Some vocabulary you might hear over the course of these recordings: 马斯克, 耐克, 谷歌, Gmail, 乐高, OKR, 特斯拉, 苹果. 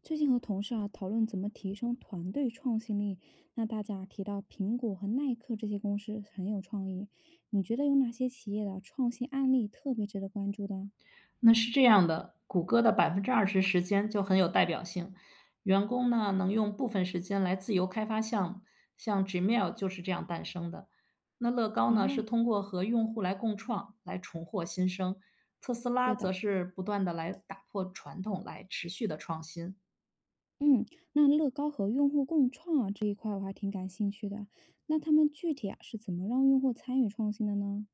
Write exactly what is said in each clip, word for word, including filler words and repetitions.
最近和同事啊讨论怎么提升团队创新力，那大家提到苹果和耐克这些公司很有创意，你觉得有哪些企业的创新案例特别值得关注的？那是这样的，谷歌的百分之二十时间就很有代表性，员工呢能用部分时间来自由开发项目，像 Gmail 就是这样诞生的。那乐高呢是哦，通过和用户来共创来重获新生，特斯拉对的，则是不断的来打破传统，来持续的创新。嗯，那乐高和用户共创啊这一块我还挺感兴趣的，那他们具体啊是怎么让用户参与创新的呢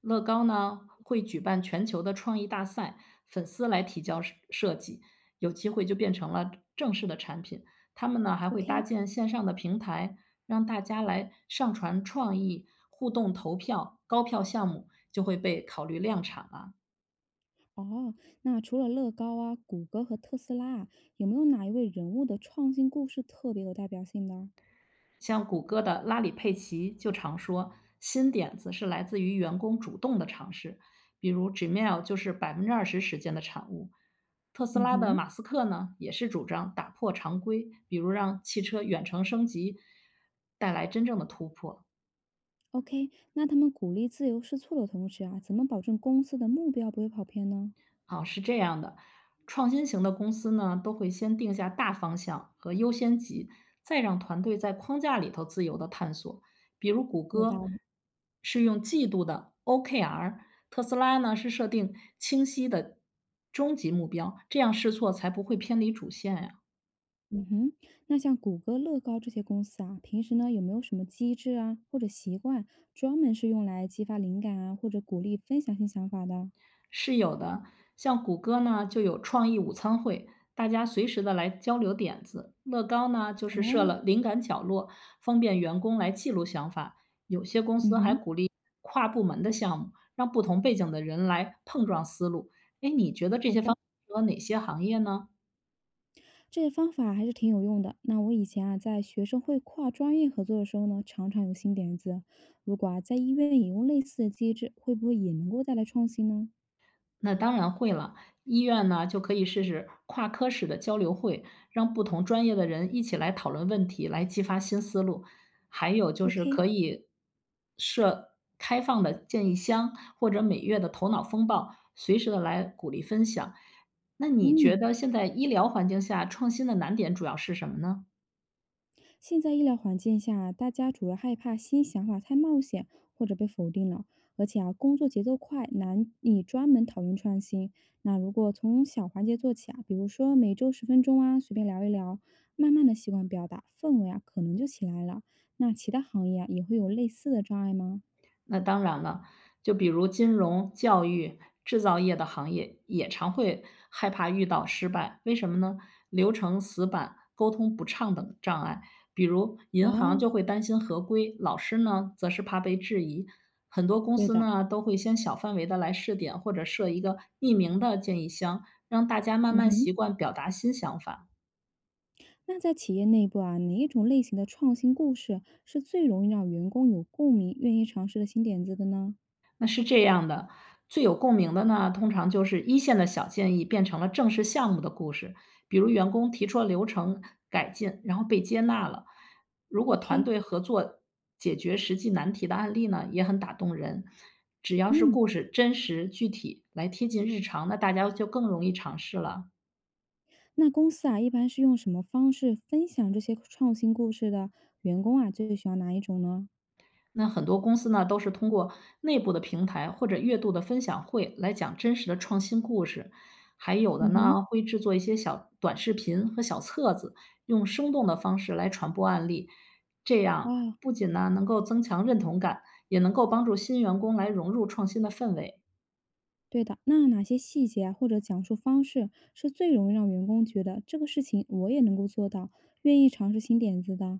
乐高呢会举办全球的创意大赛，粉丝来提交设设计，有机会就变成了正式的产品。他们呢还会搭？OK，建线上的平台，让大家来上传创意、互动投票，高票项目就会被考虑量产了。哦，那除了乐高啊、谷歌和特斯拉啊，有没有哪一位人物的创新故事特别有代表性的？像谷歌的拉里·佩奇就常说，新点子是来自于员工主动的尝试，比如 Gmail 就是百分之二十时间的产物。特斯嗯拉的哼。马斯克呢，也是主张打破常规，比如让汽车远程升级，带来真正的突破。OK，那他们鼓励自由试错的同时啊，怎么保证公司的目标不会跑偏呢？啊，是这样的，创新型的公司呢，都会先定下大方向和优先级，再让团队在框架里头自由的探索。比如谷有歌道理。是用季度的 O K R，特斯拉呢是设定清晰的终极目标，这样试错才不会偏离主线呀、嗯哼，那像谷歌、乐高这些公司啊，平时呢有没有什么机制啊或者习惯，专门是用来激发灵感啊，或者鼓励分享性想法的？是有的，像谷歌呢就有创意午餐会，大家随时的来交流点子；乐高呢就是设哦，了灵感角落，方便员工来记录想法。有些公嗯司还哼，鼓励跨部门的项目，让不同背景的人来碰撞思路。哎，你觉得这好些方的，法适合哪些行业呢？这些方法还是挺有用的。那我以前啊，在学生会跨专业合作的时候呢，常常有新点子。如果啊，在医院引用类似的机制，会不会也能够带来创新呢那当然会了。医院呢，就可以试试跨科室的交流会，让不同专业的人一起来讨论问题，来激发新思路。还有就是？OK，可以设开放的建议箱，或者每月的头脑风暴，随时的来鼓励分享。那你觉嗯。得现在医疗环境下创新的难点主要是什么呢？现在医疗环境下，大家主要害怕新想法太冒险或者被否定了，而且啊，工作节奏快，难以专门讨论创新。那如果从小环节做起啊，比如说每周十分钟啊，随便聊一聊，慢慢的习惯表达，氛围啊，可能就起来了。那其他行业啊，也会有类似的障碍吗？那当然了，就比如金融、教育、制造业的行业也常会害怕遇到失败，为什么呢？流程死板、沟通不畅等障碍。比如银行哦，就会担心合规，老师呢则是怕被质疑。很多公对司的，呢都会先小范围的来试点，或者设一个匿名的建议箱，让大家慢嗯慢哼。习惯表达新想法。那在企业内部啊，哪一种类型的创新故事是最容易让员工有共鸣、愿意尝试的新点子的呢那是这样的，最有共鸣的呢，通常就是一线的小建议变成了正式项目的故事，比如员工提出了流程改进，然后被接纳了。如果团？OK，队合作解决实际难题的案例呢，也很打动人。只要是嗯。故事真实具体来贴近日常，那大家就更容易尝试了。那公司啊，一般是用什么方式分享这些创新故事的？员工啊，最喜欢哪一种呢？那很多公司呢，都是通过内部的平台或者月度的分享会来讲真实的创新故事，还有的嗯哼，呢，会制作一些小短视频和小册子，用生动的方式来传播案例。这样哦，不仅呢能够增强认同感，也能够帮助新员工来融入创新的氛围。对的，那哪些细节啊或者讲述方式是最容易让员工觉得这个事情我也能够做到，愿意尝试新点子的？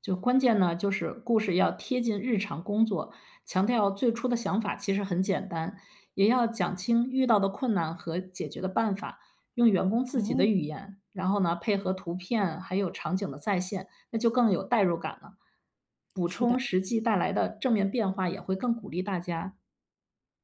就关键呢，就是故事要贴近日常工作，强调最初的想法其实很简单，也要讲清遇到的困难和解决的办法，用员工自己的哦，语言，然后呢，配合图片还有场景的再现，那就更有代入感了。补是的，充实际带来的正面变化，也会更鼓励大家。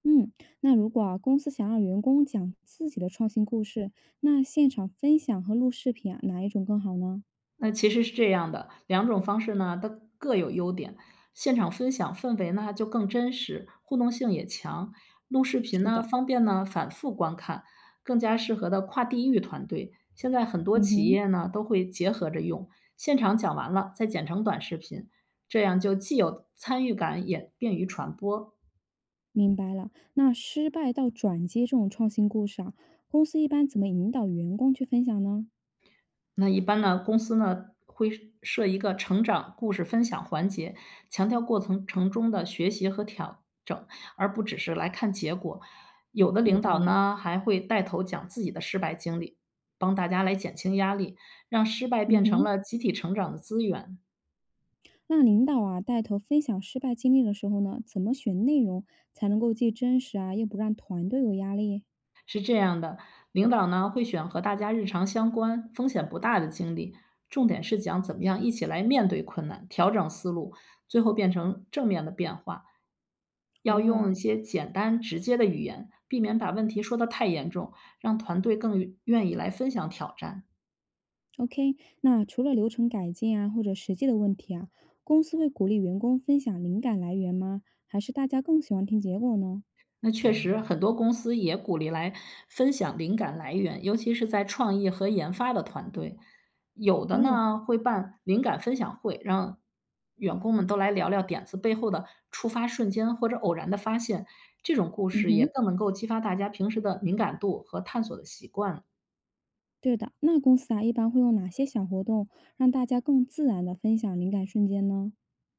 嗯，那如果啊公司想让员工讲自己的创新故事，那现场分享和录视频啊，哪一种更好呢？那其实是这样的，两种方式呢，它各有优点。现场分享氛围呢就更真实，互动性也强。录视频是呢的，方便呢反复观看，更加适合的跨地域团队。现在很多嗯企哼。业呢都会结合着用，现场讲完了再剪成短视频，这样就既有参与感，也便于传播。明白了。那失败到转机这种创新故事啊，公司一般怎么引导员工去分享呢？那一般呢，公司呢会设一个成长故事分享环节，强调过程程中的学习和调整，而不只是来看结果。有的有领道导理。呢还会带头讲自己的失败经历，帮大家来减轻压力，让失败嗯变成哼，了集体成长的资源。那领导啊带头分享失败经历的时候呢，怎么选内容才能够既真实啊，又不让团队有压力？是这样的，领导呢会选和大家日常相关、风险不大的经历，重点是讲怎么样一起来面对困难，调整思路，最后变成正面的变化。要哦用一些简单直接的语言，避免把问题说得太严重，让团队更愿意来分享挑战。，OK。那除了流程改进啊，或者实际的问题啊，公司会鼓励员工分享灵感来源吗？还是大家更喜欢听结果呢？那确实，很多公司也鼓励来分享灵感来源，尤其是在创意和研发的团队，有的哦，呢会办灵感分享会，让员工们都来聊聊点子背后的触发瞬间或者偶然的发现。这种故嗯事也哼。更能够激发大家平时的敏感度和探索的习惯了。对的，那公司啊，一般会用哪些小活动让大家更自然的分享灵感瞬间呢？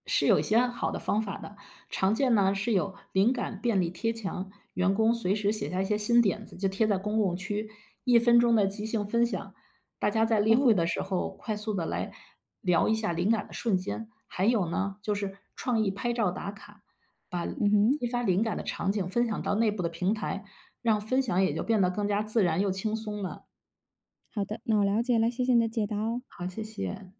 是有一些好的方法的。常见呢是有灵感便利贴墙，员工随时写下一些新点子，就贴在公共区，一分钟的即兴分享，大家在例会哦，的时候快速的来聊一下灵感的瞬间。还有呢，就是创意拍照打卡，把嗯哼，激发灵感的场景分享到内部的平台，让分享也就变得更加自然又轻松了。好的，那我了解了，谢谢你的解答哦。好，谢谢。